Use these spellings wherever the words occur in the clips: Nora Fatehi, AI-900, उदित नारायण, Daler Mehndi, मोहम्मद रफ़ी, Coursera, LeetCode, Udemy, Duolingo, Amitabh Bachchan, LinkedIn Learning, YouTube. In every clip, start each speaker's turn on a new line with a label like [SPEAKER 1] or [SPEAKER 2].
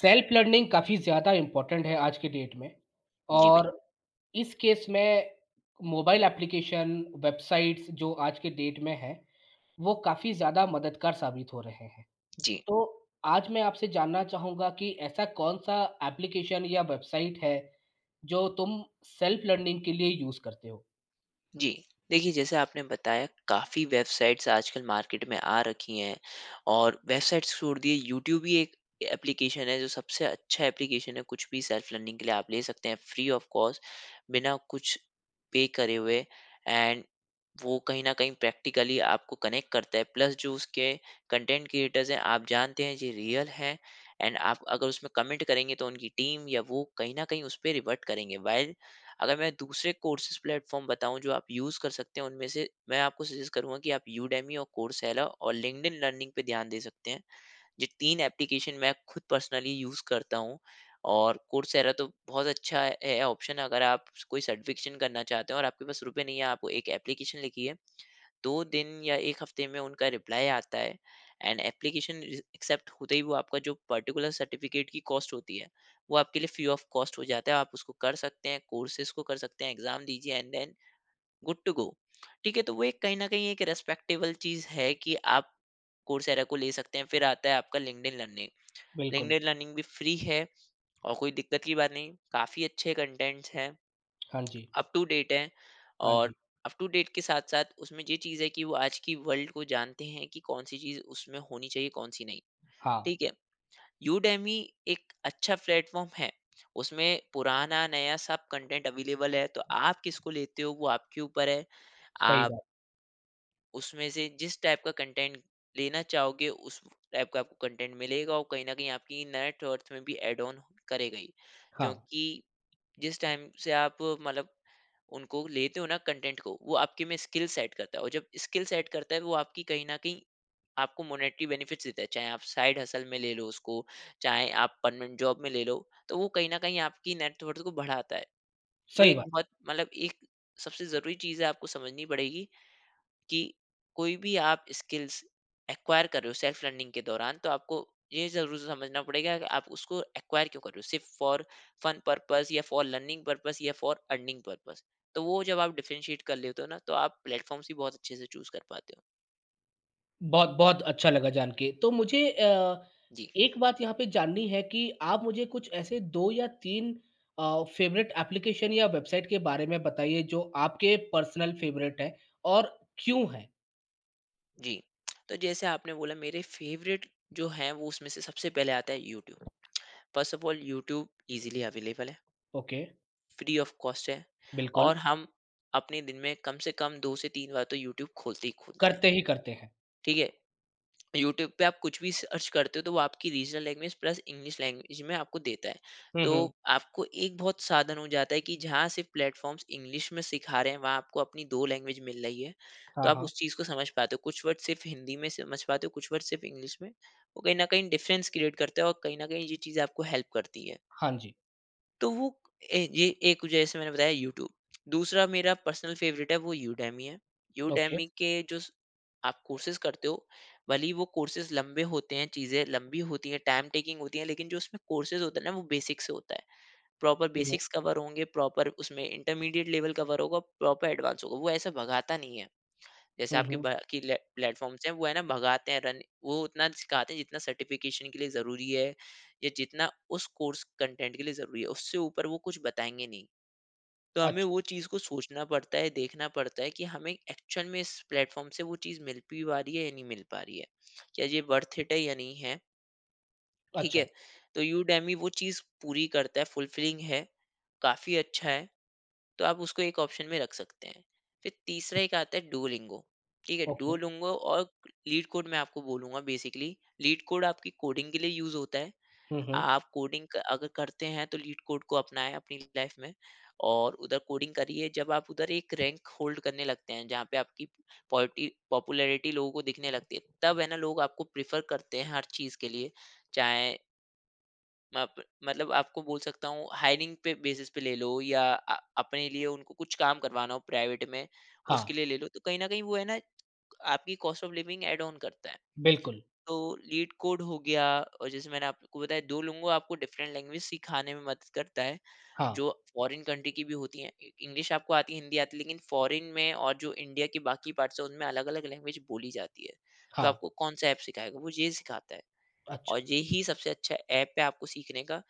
[SPEAKER 1] Self learning काफ़ी ज़्यादा important है आज के date में
[SPEAKER 2] जी, bill
[SPEAKER 1] और इस case में mobile application, websites जो आज के डेट में हैं, वो काफ़ी ज़्यादा मददगार साबित हो रहे हैं।
[SPEAKER 2] जी,
[SPEAKER 1] तो आज मैं आपसे जानना चाहूँगा कि ऐसा कौन-सा एप्लीकेशन या वेबसाइट है, जो तुम सेल्फ लर्निंग के लिए यूज़ करते हो?
[SPEAKER 2] जी। देखिए, जैसे आपने बताया काफ़ी वेबसाइट्स आजकल मार्केट में आ रखी हैं और वेबसाइट्स छोड़ दिए यूट्यूब ही एक एप्लीकेशन है जो सबसे अच्छा एप्लीकेशन है, कुछ भी सेल्फ लर्निंग के लिए आप ले सकते हैं फ्री ऑफ कॉस्ट बिना कुछ पे करे हुए एंड वो कहीं न कहीं प्रैक्टिकली आपको कनेक्ट करता है। प्लस जो उसके कंटेंट क्रिएटर्स हैं, आप जानते हैं ये रियल हैं एंड आप अगर उसमें कमेंट करेंगे तो उनकी टीम या वो कहीं न कहीं उस पे रिवर्ट करेंगे। व्हाइल अगर मैं दूसरे कोर्सेज प्लेटफॉर्म बताऊँ जो आप यूज़ कर सकते हैं उनमें से मैं आपको सजेस्ट करूँगा कि आप यूडेमी और कोर्सेला और लिंक्डइन लर्निंग पे ध्यान दे सकते हैं। ये 3 एप्लीकेशन मैं खुद पर्सनली यूज़ करता हूँ और कोर्सेरा तो बहुत अच्छा है ऑप्शन, अगर आप कोई सर्टिफिकेशन करना चाहते हो और आपके पास रुपए नहीं है, आप एक एप्लीकेशन लिखिए। 2 दिन या 1 हफ्ते में उनका रिप्लाई आता है एंड एप्लीकेशन एक्सेप्ट होते ही वो आपका जो पर्टिकुलर सर्टिफिकेट की कॉस्ट होती है वो आपके लिए फ्री ऑफ कॉस्ट हो जाता है। आप उसको कर सकते हैं, कोर्सेज को कर सकते हैं, एग्जाम दीजिए and then good to go. ठीक है, तो वो एक कहीं ना कहीं एक रेस्पेक्टेबल चीज़ है कि आप कोर्सेरा को ले सकते हैं। फिर आता है आपका लिंक्डइन लर्निंग।
[SPEAKER 1] बिल्कुल।
[SPEAKER 2] लिंक्डइन लर्निंग भी फ्री है और कोई दिक्कत की बात नहीं, काफ़ी अच्छे कंटेंट्स हैं,
[SPEAKER 1] हाँ जी,
[SPEAKER 2] अप टू डेट है।
[SPEAKER 1] हाँ
[SPEAKER 2] और
[SPEAKER 1] जी।
[SPEAKER 2] अप टू डेट के साथ साथ उसमें ये चीज़ है कि वो आज की वर्ल्ड को जानते हैं कि कौन सी चीज़ उसमें होनी चाहिए कौन सी नहीं।
[SPEAKER 1] हाँ,
[SPEAKER 2] ठीक है। यूडेमी एक अच्छा प्लेटफॉर्म है, उसमें पुराना नया सब कंटेंट अवेलेबल है तो आप किसको लेते हो वो आपके ऊपर है।
[SPEAKER 1] सही
[SPEAKER 2] आप
[SPEAKER 1] बात।
[SPEAKER 2] उसमें से जिस टाइप का कंटेंट लेना चाहोगे उस टाइप का आपको कंटेंट मिलेगा और कहीं ना कहीं आपकी नेट वर्थ में भी एड ऑन करेगा ही,
[SPEAKER 1] हाँ,
[SPEAKER 2] क्योंकि जिस टाइम से आप मतलब उनको लेते हो ना कंटेंट को, वो आपके में स्किल सेट करता है और जब स्किल सेट करता है वो आपकी कहीं न कहीं आपको मॉनेटरी बेनिफिट्स देता है। चाहे आप साइड हसल में ले लो उसको, चाहे आप परमानेंट जॉब में ले लो, तो वो कहीं न कहीं आपकी नेटवर्थ को बढ़ाता है। वो
[SPEAKER 1] सही
[SPEAKER 2] एक
[SPEAKER 1] बात है।
[SPEAKER 2] बहुत मतलब एक सबसे ज़रूरी चीज़ है आपको समझनी पड़ेगी कि कोई भी आप स्किल्स एक्वायर कर रहे हो सेल्फ लर्निंग के दौरान तो आपको ये जरूर समझना पड़ेगा कि आप उसको एक्वायर क्यों कर रहे हो, सिर्फ फॉर फन पर्पस या फॉर लर्निंग पर्पस या फॉर अर्निंग पर्पस। तो वो जब आप डिफरेंशिएट कर लेते हो ना तो आप प्लेटफॉर्म्स भी बहुत अच्छे से चूज कर पाते हो।
[SPEAKER 1] बहुत बहुत अच्छा लगा जान के। तो मुझे
[SPEAKER 2] जी।
[SPEAKER 1] एक बात यहाँ पे जाननी है कि आप मुझे कुछ ऐसे 2 या 3 फ़ेवरेट एप्लीकेशन या वेबसाइट के बारे में बताइए जो आपके पर्सनल फ़ेवरेट हैं और क्यों हैं?
[SPEAKER 2] जी, तो जैसे आपने बोला मेरे फेवरेट जो हैं वो उसमें से सबसे पहले आता है YouTube. First of all, YouTube easily available है,
[SPEAKER 1] ओके,
[SPEAKER 2] फ्री ऑफ कॉस्ट है और
[SPEAKER 1] बिल्कुल।
[SPEAKER 2] हम अपने दिन में कम से कम 2 से 3 बार तो यूट्यूब खोलते ही खोलते हैं।
[SPEAKER 1] करते ही करते हैं।
[SPEAKER 2] ठीक है। यूट्यूब पे आप कुछ भी सर्च करते हो तो वो आपकी regional language plus English language में आपको देता है।
[SPEAKER 1] हुँ,
[SPEAKER 2] तो
[SPEAKER 1] हुँ।
[SPEAKER 2] आपको एक बहुत साधन हो जाता है कि जहाँ सिर्फ प्लेटफॉर्म्स इंग्लिश में सिखा रहे हैं वहाँ आपको अपनी दो लैंग्वेज मिल रही है। तो
[SPEAKER 1] हाँ,
[SPEAKER 2] आप
[SPEAKER 1] हाँ।
[SPEAKER 2] उस चीज़ को समझ पाते हो, कुछ वर्ड सिर्फ हिंदी में समझ पाते हो, कुछ वर्ड सिर्फ इंग्लिश में, वो कहीं ना कहीं डिफरेंस क्रिएट करता है और कहीं ना कहीं ये चीज़ आपको हेल्प करती है।
[SPEAKER 1] हाँ जी।
[SPEAKER 2] तो वो ये एक जैसे मैंने बताया यूट्यूब। दूसरा मेरा पर्सनल फेवरेट है वो यूडेमी है।
[SPEAKER 1] ओके।
[SPEAKER 2] यूडेमी के जो स- आप कोर्सेज करते हो, भले ही वो कोर्सेज लंबे होते हैं, चीज़ें लंबी होती हैं, टाइम टेकिंग होती हैं, लेकिन जो उसमें कोर्सेज होता है ना वो बेसिक से होता है। प्रॉपर
[SPEAKER 1] हुँ।
[SPEAKER 2] बेसिक्स कवर होंगे, प्रॉपर उसमें इंटरमीडिएट लेवल कवर होगा, प्रॉपर एडवांस होगा, वो ऐसा भगाता नहीं है जैसे
[SPEAKER 1] हुँ,
[SPEAKER 2] आपके
[SPEAKER 1] हुँ।
[SPEAKER 2] बाकी प्लेटफॉर्म्स हैं। वो है ना भगाते हैं, रन, वो उतना सिखाते हैं जितना सर्टिफिकेशन के लिए ज़रूरी है या जितना उस कोर्स कंटेंट के लिए ज़रूरी है, उससे ऊपर वो कुछ बताएंगे नहीं। तो हमें
[SPEAKER 1] अच्छ
[SPEAKER 2] वो चीज़ को सोचना पड़ता है, देखना पड़ता है कि हमें एक्चुअल में इस प्लेटफॉर्म से वो चीज़ मिल भी पा रही है या नहीं मिल पा रही है, क्या ये वर्थ इट है या नहीं है। ठीक
[SPEAKER 1] अच्छा,
[SPEAKER 2] है। तो यू वो चीज़ पूरी करता है, फुलफिलिंग है, काफ़ी अच्छा है, तो आप उसको एक ऑप्शन में रख सकते हैं। फिर तीसरा एक आता है डुओलिंगो, ठीक है?
[SPEAKER 1] ओके।
[SPEAKER 2] डुओलिंगो और लीड कोड मैं आपको बोलूँगा। बेसिकली लीड कोड आपकी कोडिंग के लिए यूज़ होता है।
[SPEAKER 1] हुँ।
[SPEAKER 2] आप कोडिंग क अगर करते हैं तो लीड कोड को अपनाएँ अपनी लाइफ़ में और उधर कोडिंग करिए। जब आप उधर एक रैंक होल्ड करने लगते हैं, जहाँ पे आपकी पॉलिटी पॉपुलैरिटी लोगों को दिखने लगती है, तब है ना लोग आपको प्रेफ़र करते हैं हर चीज़ के लिए। चाहे मप मतलब आपको बोल सकता हूँ हायरिंग पे बेसिस पे ले लो या अपने लिए उनको कुछ काम करवाना हो प्राइवेट में,
[SPEAKER 1] हाँ,
[SPEAKER 2] उसके लिए ले लो, तो कहीं न कहीं वो है ना आपकी cost of living add on करता है।
[SPEAKER 1] बिल्कुल।
[SPEAKER 2] तो लीड कोड हो गया। और जैसे मैंने आपको बताया 2 लोगों को आपको डिफरेंट लैंग्वेज सिखाने में मदद करता है,
[SPEAKER 1] हाँ,
[SPEAKER 2] जो फ़ॉरेन कंट्री की भी होती हैं। इ इंग्लिश आपको आती है, हिंदी आती है, लेकिन फ़ॉरेन में और जो इंडिया के बाकी पार्ट्स हैं उनमें अलग-अलग लैंग्वेज बोली जाती है। तो
[SPEAKER 1] हाँ।
[SPEAKER 2] आपको कौन-सा ऐप सिखाएगा? वो ये सिखाता है।
[SPEAKER 1] अच्छा,
[SPEAKER 2] और यही सबसे अच्छा ऐप है आपको सीखने का।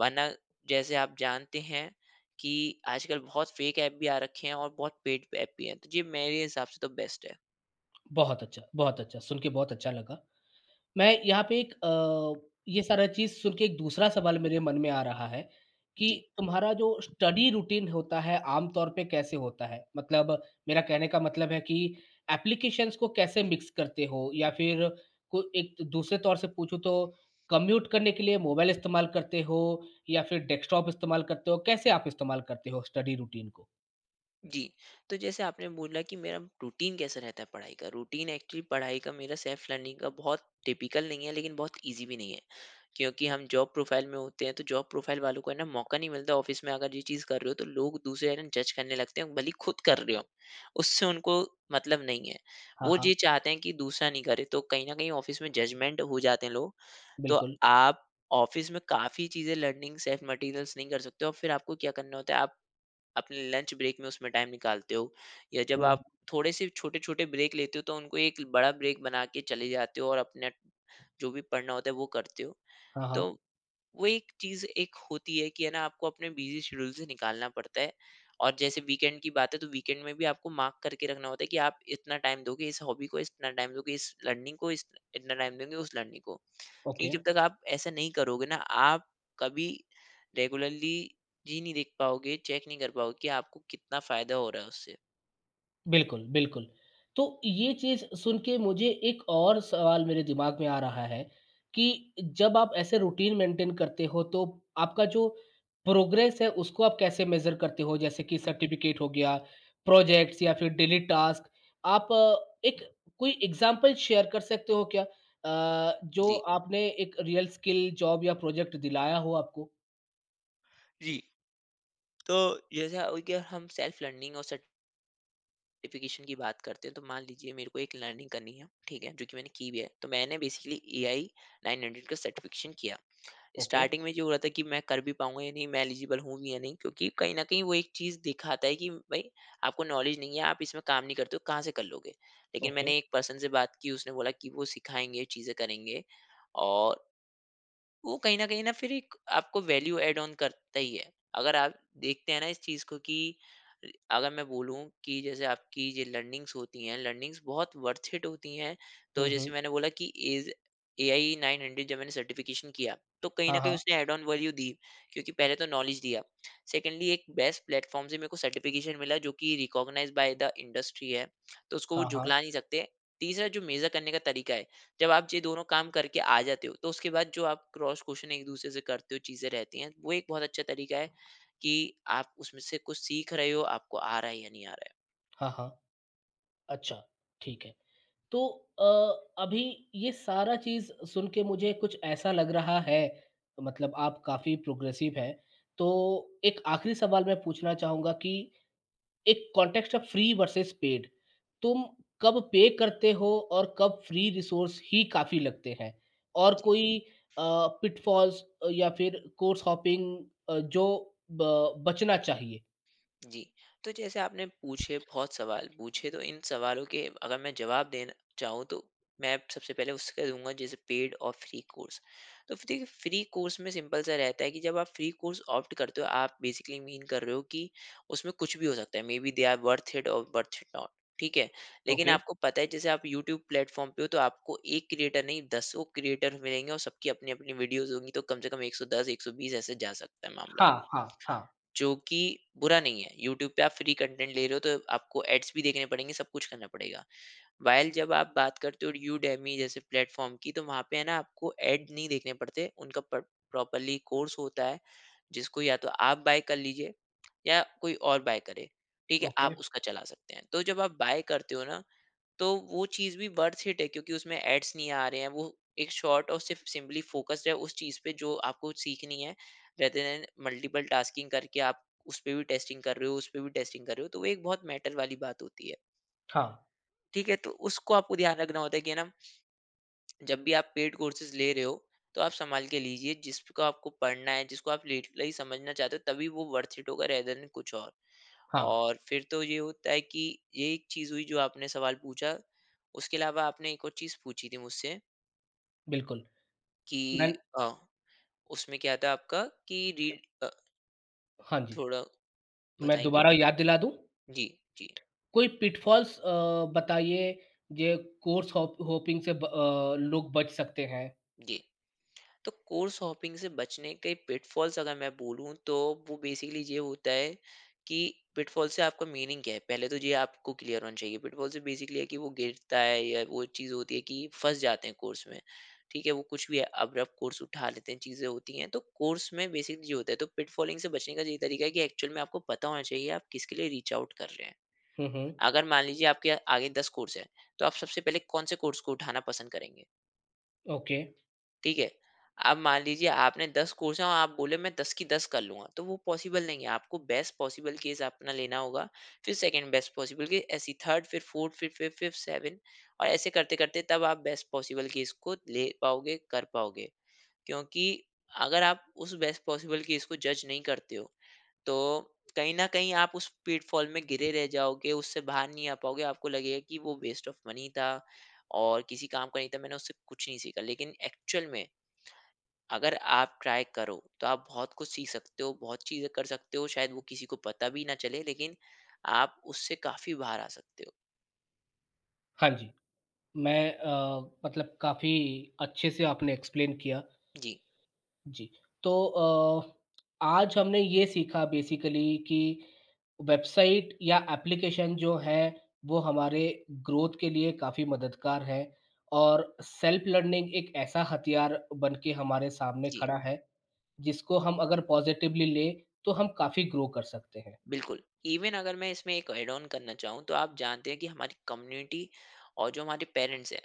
[SPEAKER 2] वरना जैसे आप जानते हैं कि आजकल बहुत फ़ेक ऐप भी आ रखे हैं और बहुत पेड ऐप भी हैं। तो ये मेरे हिसाब से तो बेस्ट है।
[SPEAKER 1] बहुत अच्छा, बहुत अच्छा। सुन के बहुत अच्छा लगा। मैं यहाँ पे एक ये सारा चीज़ सुन के एक दूसरा सवाल मेरे मन में आ रहा है कि
[SPEAKER 2] जी।
[SPEAKER 1] तुम्हारा जो स्टडी रूटीन होता है आम तौर पे कैसे होता है? मतलब मेरा कहने का मतलब है कि एप्लीकेशंस को कैसे मिक्स करते हो? या फिर को एक दूसरे तौर से पूछूँ तो कम्यूट करने के लिए मोबाइल इस्तेमाल करते हो या फिर डेस्कटॉप इस्तेमाल करते हो? कैसे आप इस्तेमाल करते हो स्टडी रूटीन को?
[SPEAKER 2] जी, तो जैसे आपने बोला कि मेरा रूटीन कैसा रहता है पढ़ाई का? रूटीन एक्चुअली पढ़ाई का, मेरा सेल्फ लर्निंग का, बहुत टिपिकल नहीं है लेकिन बहुत ईज़ी भी नहीं है। क्योंकि हम जॉब प्रोफाइल में होते हैं तो जॉब प्रोफाइल वालों को है ना मौका नहीं मिलता, ऑफिस में अगर ये चीज़ कर रहे हो तो लोग दूसरे है ना जज करने लगते हैं, भले ही खुद कर रहे हो उससे उनको मतलब नहीं है।
[SPEAKER 1] हाँ,
[SPEAKER 2] वो
[SPEAKER 1] हाँ,
[SPEAKER 2] ये चाहते हैं कि दूसरा नहीं करे, तो कहीं ना कहीं ऑफिस में जजमेंट हो जाते हैं लोग। तो
[SPEAKER 1] बिल्कुल।
[SPEAKER 2] आप ऑफिस में काफ़ी चीज़ें लर्निंग सेल्फ मटेरियल्स नहीं कर सकते और फिर आपको क्या करना होता है आप अपने लंच ब्रेक में उसमें टाइम निकालते हो या जब
[SPEAKER 1] हुँ,
[SPEAKER 2] आप थोड़े से छोटे छोटे ब्रेक लेते हो तो उनको एक बड़ा ब्रेक बना के चले जाते हो और अपना जो भी पढ़ना होता है वो करते हो।
[SPEAKER 1] हाँ,
[SPEAKER 2] तो
[SPEAKER 1] हाँ,
[SPEAKER 2] वो एक चीज़ एक होती है कि है ना आपको अपने बिजी शेड्यूल से निकालना पड़ता है। और जैसे वीकेंड की बात है तो वीकेंड में भी आपको मार्क करके रखना होता है कि आप इतना टाइम दोगे इस हॉबी को, इतना टाइम दोगे इस लर्निंग को, इस इतना टाइम दोगे उस लर्निंग को। क्योंकि
[SPEAKER 1] ओके।
[SPEAKER 2] जब तक आप ऐसा नहीं करोगे ना, आप कभी रेगुलरली जी नहीं देख पाओगे, चेक नहीं कर पाओगे कि आपको कितना फायदा हो रहा है उससे।
[SPEAKER 1] बिल्कुल, बिल्कुल। तो ये चीज़ सुन के मुझे एक और सवाल मेरे दिमाग में आ रहा है कि जब आप ऐसे रूटीन मेंटेन करते हो तो आपका जो प्रोग्रेस है उसको आप कैसे मेज़र करते हो? जैसे कि सर्टिफ़िकेट हो गया, प्रोजेक्ट्स या फिर डेली टास्क। आप अ, एक कोई एग्ज़ाम्पल शेयर कर सकते हो क्या जो
[SPEAKER 2] जी।
[SPEAKER 1] आपने एक रियल स्किल जॉब या प्रोजेक्ट दिलाया हो आपको?
[SPEAKER 2] जी, तो जैसा हो गया, हम सेल्फ लर्निंग और एप्लीकेशन की बात करते हैं तो मान लीजिए मेरे को एक लर्निंग करनी है, ठीक है, जो कि मैंने की भी है। तो मैंने बेसिकली AI 900 का सर्टिफिकेशन किया।
[SPEAKER 1] ओके,
[SPEAKER 2] स्टार्टिंग में जो हो रहा था कि मैं कर भी पाऊंगा या नहीं, मैं एलिजिबल हूँ भी या नहीं, क्योंकि कहीं ना कहीं वो एक चीज़ दिखाता है कि भाई आपको नॉलेज नहीं है, आप इसमें काम नहीं करते हो, कहाँ से कर लोगे। लेकिन
[SPEAKER 1] ओके।
[SPEAKER 2] मैंने एक पर्सन से बात की, उसने बोला कि वो सिखाएंगे, चीज़ें करेंगे। और वो कहीं न कहीं ना फिर एक आपको वैल्यू ऐड ऑन करता ही है। अगर आप देखते हैं ना इस चीज़ को कि अगर मैं बोलूँ कि जैसे आपकी ये लर्निंग्स होती हैं, लर्निंग्स बहुत वर्थ इट होती हैं। तो
[SPEAKER 1] हुँ,
[SPEAKER 2] जैसे
[SPEAKER 1] हुँ।
[SPEAKER 2] मैंने बोला कि एज एआई 900 जब मैंने सर्टिफ़िकेशन किया, तो कहीं
[SPEAKER 1] हाँ,
[SPEAKER 2] न कहीं
[SPEAKER 1] हाँ।
[SPEAKER 2] उसने ऐड ऑन वैल्यू दी, क्योंकि पहले तो नॉलेज दिया। सेकंडली एक बेस्ट प्लेटफ़ॉर्म से मेरे को सर्टिफ़िकेशन मिला जो कि रिकॉग्नाइज़्ड बाय द इंडस्ट्री है, तो उसको वो
[SPEAKER 1] हाँ।
[SPEAKER 2] झुकला नहीं सकते। तीसरा जो मेज़र करने का तरीका है, जब आप ये दोनों काम करके आ जाते हो तो उसके बाद जो आप क्रॉस क्वेश्चन एक दूसरे से करते हो, चीजें रहती हैं, वो एक बहुत अच्छा तरीका है कि आप उसमें से कुछ सीख रहे हो, आपको आ रहा है या नहीं आ रहा है।
[SPEAKER 1] हाँ। अच्छा, ठीक है। तो अ, अभी ये सारा चीज़ सुन के मुझे कुछ ऐसा लग रहा है, मतलब आप काफ़ी प्रोग्रेसिव हैं। तो एक आखिरी सवाल मैं पूछना चाहूँगा कि एक context of free versus paid, तुम कब पे करते हो और कब फ्री रिसोर्स ही काफ़ी लगते हैं? और कोई अ, पिटफॉल्स या फिर कोर्स हॉपिंग जो ब बचना चाहिए?
[SPEAKER 2] जी। तो जैसे आपने पूछे, बहुत सवाल पूछे, तो इन सवालों के अगर मैं जवाब देना चाहूँ तो मैं सबसे पहले उसका दूंगा, जैसे पेड और फ्री कोर्स। तो देखिए फ्री कोर्स में सिंपल सा रहता है कि जब आप फ्री कोर्स ऑप्ट करते हो आप बेसिकली मीन कर रहे हो कि उसमें कुछ भी हो सकता है। Maybe they are worth it और वर्थ इट नॉट ठीक है। लेकिन
[SPEAKER 1] ओके।
[SPEAKER 2] आपको पता है जैसे आप यूट्यूब प्लेटफ़ॉर्म पे हो तो आपको 1 क्रिएटर नहीं दसों क्रिएटर मिलेंगे और सबकी अपनी-अपनी वीडियोज़ होंगी तो कम से कम 110 120 ऐसे जा सकता है मामला।
[SPEAKER 1] हाँ।
[SPEAKER 2] जो कि बुरा नहीं है। यूट्यूब पे आप फ्री कंटेंट ले रहे हो तो आपको एड्स भी देखने पड़ेंगे, सब कुछ करना पड़ेगा। व्हाइल जब आप बात करते हो यूडेमी जैसे प्लेटफ़ॉर्म की तो वहाँ पे है ना आपको एड नहीं देखने पड़ते। उनका प प्रॉपरली कोर्स होता है जिसको या तो आप बाय कर लीजिए या कोई और बाय करे। ठीक है?
[SPEAKER 1] ओके।
[SPEAKER 2] आप उसका चला सकते हैं। तो जब आप बाय करते हो ना तो वो चीज़ भी वर्थ इट है क्योंकि उसमें एड्स नहीं आ रहे हैं। वो एक शॉर्ट और सिर्फ सिंपली फ़ोकस्ड है उस चीज़ पे जो आपको सीखनी है, रेदर देन मल्टीपल टास्किंग करके आप उस पे भी टेस्टिंग कर रहे हो, उस पे भी टेस्टिंग कर रहे हो, तो वो एक बहुत मैटर वाली बात होती है।
[SPEAKER 1] हाँ,
[SPEAKER 2] ठीक है? तो उसको आपको ध्यान रखना होता है कि है ना, जब भी आप पेड कोर्सेज़ ले रहे हो, तो आप सँभाल के लीजिए, जिसको आपको पढ़ना है, जिसको आप लिटरली समझना चाहते हो, तभी वो वर्थ इट होगा रेदर देन कुछ और।
[SPEAKER 1] हाँ,
[SPEAKER 2] और फिर तो ये होता है कि ये एक चीज़ हुई जो आपने सवाल पूछा। उसके अलावा आपने एक और चीज़ पूछी थी मुझसे
[SPEAKER 1] बिल्कुल।
[SPEAKER 2] कि
[SPEAKER 1] मैं
[SPEAKER 2] अ, उसमें क्या था आपका कि
[SPEAKER 1] क
[SPEAKER 2] रीड
[SPEAKER 1] हाँ जी।
[SPEAKER 2] थोड़ा
[SPEAKER 1] मैं
[SPEAKER 2] बताएँगे?
[SPEAKER 1] दोबारा याद दिला दूँ?
[SPEAKER 2] जी, जी,
[SPEAKER 1] कोई पिटफॉल्स बताइए ये कोर्स हॉपिंग से लोग बच सकते हैं?
[SPEAKER 2] जी। तो कोर्स हॉपिंग से बचने के पिटफॉल्स अगर मैं बोलूँ तो वो बेसिकली ये होता है कि पिटफॉल से आपका मीनिंग क्या है पहले तो ये आपको क्लियर होना चाहिए। पिटफॉल से बेसिकली है कि वो गिरता है या वो चीज़ होती है कि फंस जाते हैं कोर्स में। ठीक है, वो कुछ भी अब्रप्ट कोर्स उठा लेते हैं, चीज़ें होती हैं तो कोर्स में बेसिकली ये होता है। तो पिटफॉलिंग से बचने का ये तरीका है कि एक्चुअल में आपको पता होना चाहिए आप किसके लिए रीच आउट कर रहे हैं।
[SPEAKER 1] हुँ।
[SPEAKER 2] अगर मान लीजिए आपके आगे दस कोर्स है, तो आप सबसे पहले कौन से कोर्स को उठाना पसंद करेंगे?
[SPEAKER 1] ओके।
[SPEAKER 2] ठीक है? अब मान लीजिए आपने 10 कोर्स हैं और आप बोले मैं 10 की 10 कर लूँगा, तो वो पॉसिबल नहीं है। आपको बेस्ट पॉसिबल केस अपना लेना होगा, फिर सेकंड बेस्ट पॉसिबल केस, ऐसे ही थर्ड, फिर फोर्थ, फिर फिफ्थ, फिर सेवेंथ और ऐसे करते-करते तब आप बेस्ट पॉसिबल केस को ले पाओगे, कर पाओगे। क्योंकि अगर आप उस बेस्ट पॉसिबल केस को जज नहीं करते हो, तो कहीं न कहीं आप उस पिटफॉल में घिरे रह जाओगे, उससे बाहर नहीं आ पाओगे। आपको लगेगा कि वो वेस्ट ऑफ मनी था और किसी काम का नहीं था, मैंने उससे कुछ नहीं सीखा। लेकिन एक्चुअल में अगर आप ट्राई करो तो आप बहुत कुछ सीख सकते हो, बहुत चीज़ें कर सकते हो, शायद वो किसी को पता भी ना चले लेकिन आप उससे काफ़ी बाहर आ सकते हो।
[SPEAKER 1] हाँ जी। मैं अ, मतलब काफ़ी अच्छे से आपने एक्सप्लेन किया।
[SPEAKER 2] जी।
[SPEAKER 1] जी। तो आज हमने ये सीखा बेसिकली कि वेबसाइट या एप्लीकेशन जो है, वो हमारे ग्रोथ के लिए काफ़ी मददगार है और सेल्फ लर्निंग एक ऐसा हथियार बन के हमारे सामने
[SPEAKER 2] जी।
[SPEAKER 1] खड़ा है, जिसको हम अगर पॉज़िटिवली लें, तो हम काफ़ी ग्रो कर सकते हैं।
[SPEAKER 2] बिल्कुल। इवन अगर मैं इसमें एक ऐड ऑन करना चाहूँ तो आप जानते हैं कि हमारी कम्युनिटी और जो हमारे पेरेंट्स हैं,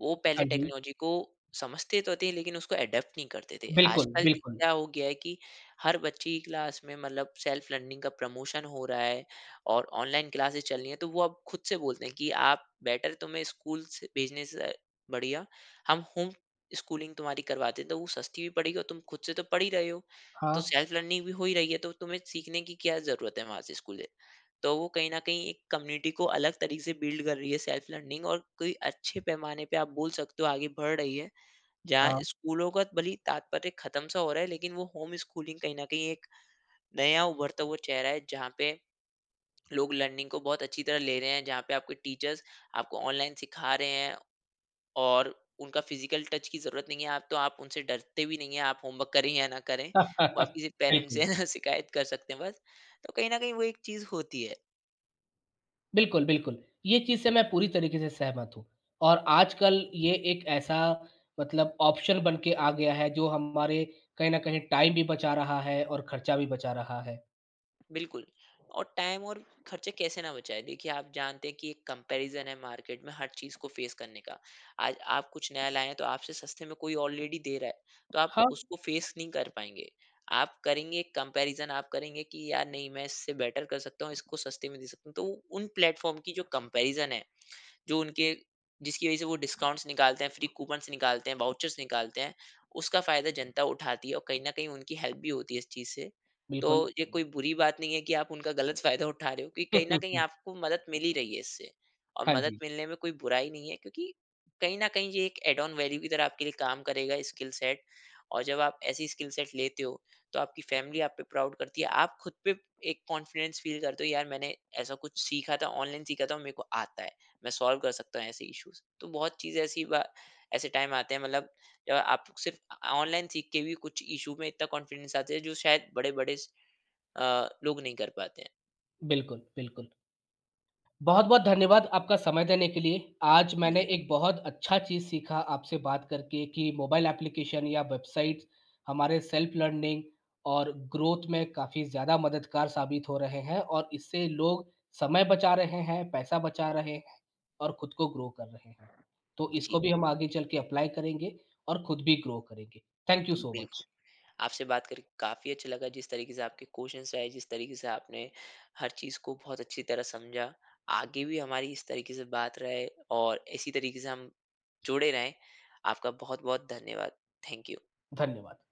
[SPEAKER 2] वो पहले
[SPEAKER 1] हाँ जी।
[SPEAKER 2] टेक्नोलॉजी को समझते तो थे लेकिन उसको अडेप्ट नहीं करते थे।
[SPEAKER 1] बिल्कुल,
[SPEAKER 2] आजकल
[SPEAKER 1] बिल्कुल।
[SPEAKER 2] क्या हो गया है कि हर बच्चे की क्लास में मतलब सेल्फ लर्निंग का प्रमोशन हो रहा है और ऑनलाइन क्लासेस चल रही हैं, तो वो अब खुद से बोलते हैं कि आप बेटर तुम्हें स्कूल से भेजने से बढ़िया हम होम स्कूलिंग तुम्हारी करवाते हैं, तो वो सस्ती भी पड़ेगी और तुम खुद से तो पढ़ ही रहे हो। तो
[SPEAKER 1] हाँ,
[SPEAKER 2] सेल्फ लर्निंग भी हो ही रही है, तो तुम्हें सीखने की क्या ज़रूरत है वहाँ से स्कूल से? तो वो कहीं न कहीं एक कम्युनिटी को अलग तरीके से बिल्ड कर रही है सेल्फ लर्निंग, और कोई अच्छे पैमाने पे आप बोल सकते हो आगे बढ़ रही है। जहाँ
[SPEAKER 1] हाँ।
[SPEAKER 2] स्कूलों का भले ही तात्पर्य खत्म सा हो रहा है, लेकिन वो होम स्कूलिंग कहीं न कहीं एक नया उभरता हुआ चेहरा है जहाँ पे लोग लर्निंग को बहुत अच्छी तरह ले रहे हैं, जहाँ पे आपके टीचर्स आपको ऑनलाइन सिखा रहे हैं और उनका फिज़िकल टच की ज़रूरत नहीं है। आप तो आप उनसे डरते भी नहीं हैं, आप होमवर्क करें या ना करें, वो आप किसी पेरेंट्स से
[SPEAKER 1] बिल्कुल।
[SPEAKER 2] है ना शिकायत कर सकते हैं बस। तो कहीं न कहीं वो एक चीज़ होती है।
[SPEAKER 1] बिल्कुल, बिल्कुल। ये चीज़ से मैं पूरी तरीके से सहमत हूँ और आजकल ये एक ऐसा मतलब ऑप्शन बन के आ गया है जो हमारे कहीं न कहीं टाइम भी बचा रहा है और खर्चा भी बचा रहा है।
[SPEAKER 2] बिल्कुल। और टाइम और खर्चे कैसे ना बचाए, देखिए आप जानते हैं कि एक कंपैरिजन है मार्केट में हर चीज़ को फेस करने का। आज आप कुछ नया लाए हैं तो आपसे सस्ते में कोई ऑलरेडी दे रहा है तो आप
[SPEAKER 1] हाँ,
[SPEAKER 2] उसको फेस नहीं कर पाएंगे। आप करेंगे एक कंपैरिजन, आप करेंगे कि यार नहीं मैं इससे बेटर कर सकता हूँ, इसको सस्ते में दे सकता हूँ। तो वो उन प्लेटफॉर्म की जो कंपैरिजन है, जो उनके जिसकी वजह से वो डिस्काउंट्स निकालते हैं, फ्री कूपन्स निकालते हैं, वाउचर्स निकालते हैं, उसका फ़ायदा जनता उठाती है और कहीं न कहीं उनकी हेल्प भी होती है इस चीज़ से। तो
[SPEAKER 1] बिल्कुल।
[SPEAKER 2] ये कोई बुरी बात नहीं है कि आप उनका गलत फ़ायदा उठा रहे हो क्योंकि कहीं न कहीं आपको मदद मिल ही रही है इससे, और
[SPEAKER 1] हाँ
[SPEAKER 2] मदद
[SPEAKER 1] जी,
[SPEAKER 2] मिलने में कोई बुराई नहीं है क्योंकि कहीं न कहीं ये एक ऐड ऑन वैल्यू की तरह आपके लिए काम करेगा स्किल सेट। और जब आप ऐसी स्किल सेट लेते हो, तो आपकी फैमिली आप पे प्राउड करती है। आप खुद पे एक कॉन्फिडेंस फ़ील करते हो, यार मैंने ऐसा कुछ सीखा था, ऑनलाइन सीखा था और मेरे को आता है। मैं सॉल्व कर सकता हूँ ऐसे इश्यूज। तो बहुत चीज़ ऐसी बा ऐसे टाइम आते हैं मतलब जब आप सिर्फ ऑनलाइन सीख के भी कुछ इशू में इतना कॉन्फिडेंस आते हैं जो शायद बड़े बड़े लोग नहीं कर पाते हैं।
[SPEAKER 1] बिल्कुल, बिल्कुल। बहुत-बहुत धन्यवाद आपका समय देने के लिए। आज
[SPEAKER 2] जी।
[SPEAKER 1] मैंने एक बहुत अच्छा चीज़ सीखा आपसे बात करके कि मोबाइल एप्लीकेशन या वेबसाइट्स हमारे सेल्फ लर्निंग और ग्रोथ में काफ़ी ज़्यादा मददगार साबित हो रहे हैं और इससे लोग समय बचा रहे हैं, पैसा बचा रहे हैं और खुद को ग्रो कर रहे हैं। तो
[SPEAKER 2] जी।
[SPEAKER 1] इसको भी हम आगे चल के अप्लाई करेंगे और खुद भी ग्रो करेंगे। थैंक यू
[SPEAKER 2] जी।
[SPEAKER 1] सो
[SPEAKER 2] बिल्कुल।
[SPEAKER 1] मच।
[SPEAKER 2] आपसे बात करके काफ़ी अच्छा लगा, जिस तरीके से आपके क्वेश्चन आए, जिस तरीके से आपने हर चीज़ को बहुत अच्छी तरह समझा। आगे भी हमारी इस तरीके से बात रहे और इसी तरीके से हम जुड़े रहें। आपका बहुत बहुत धन्यवाद। Thank you.
[SPEAKER 1] धन्यवाद।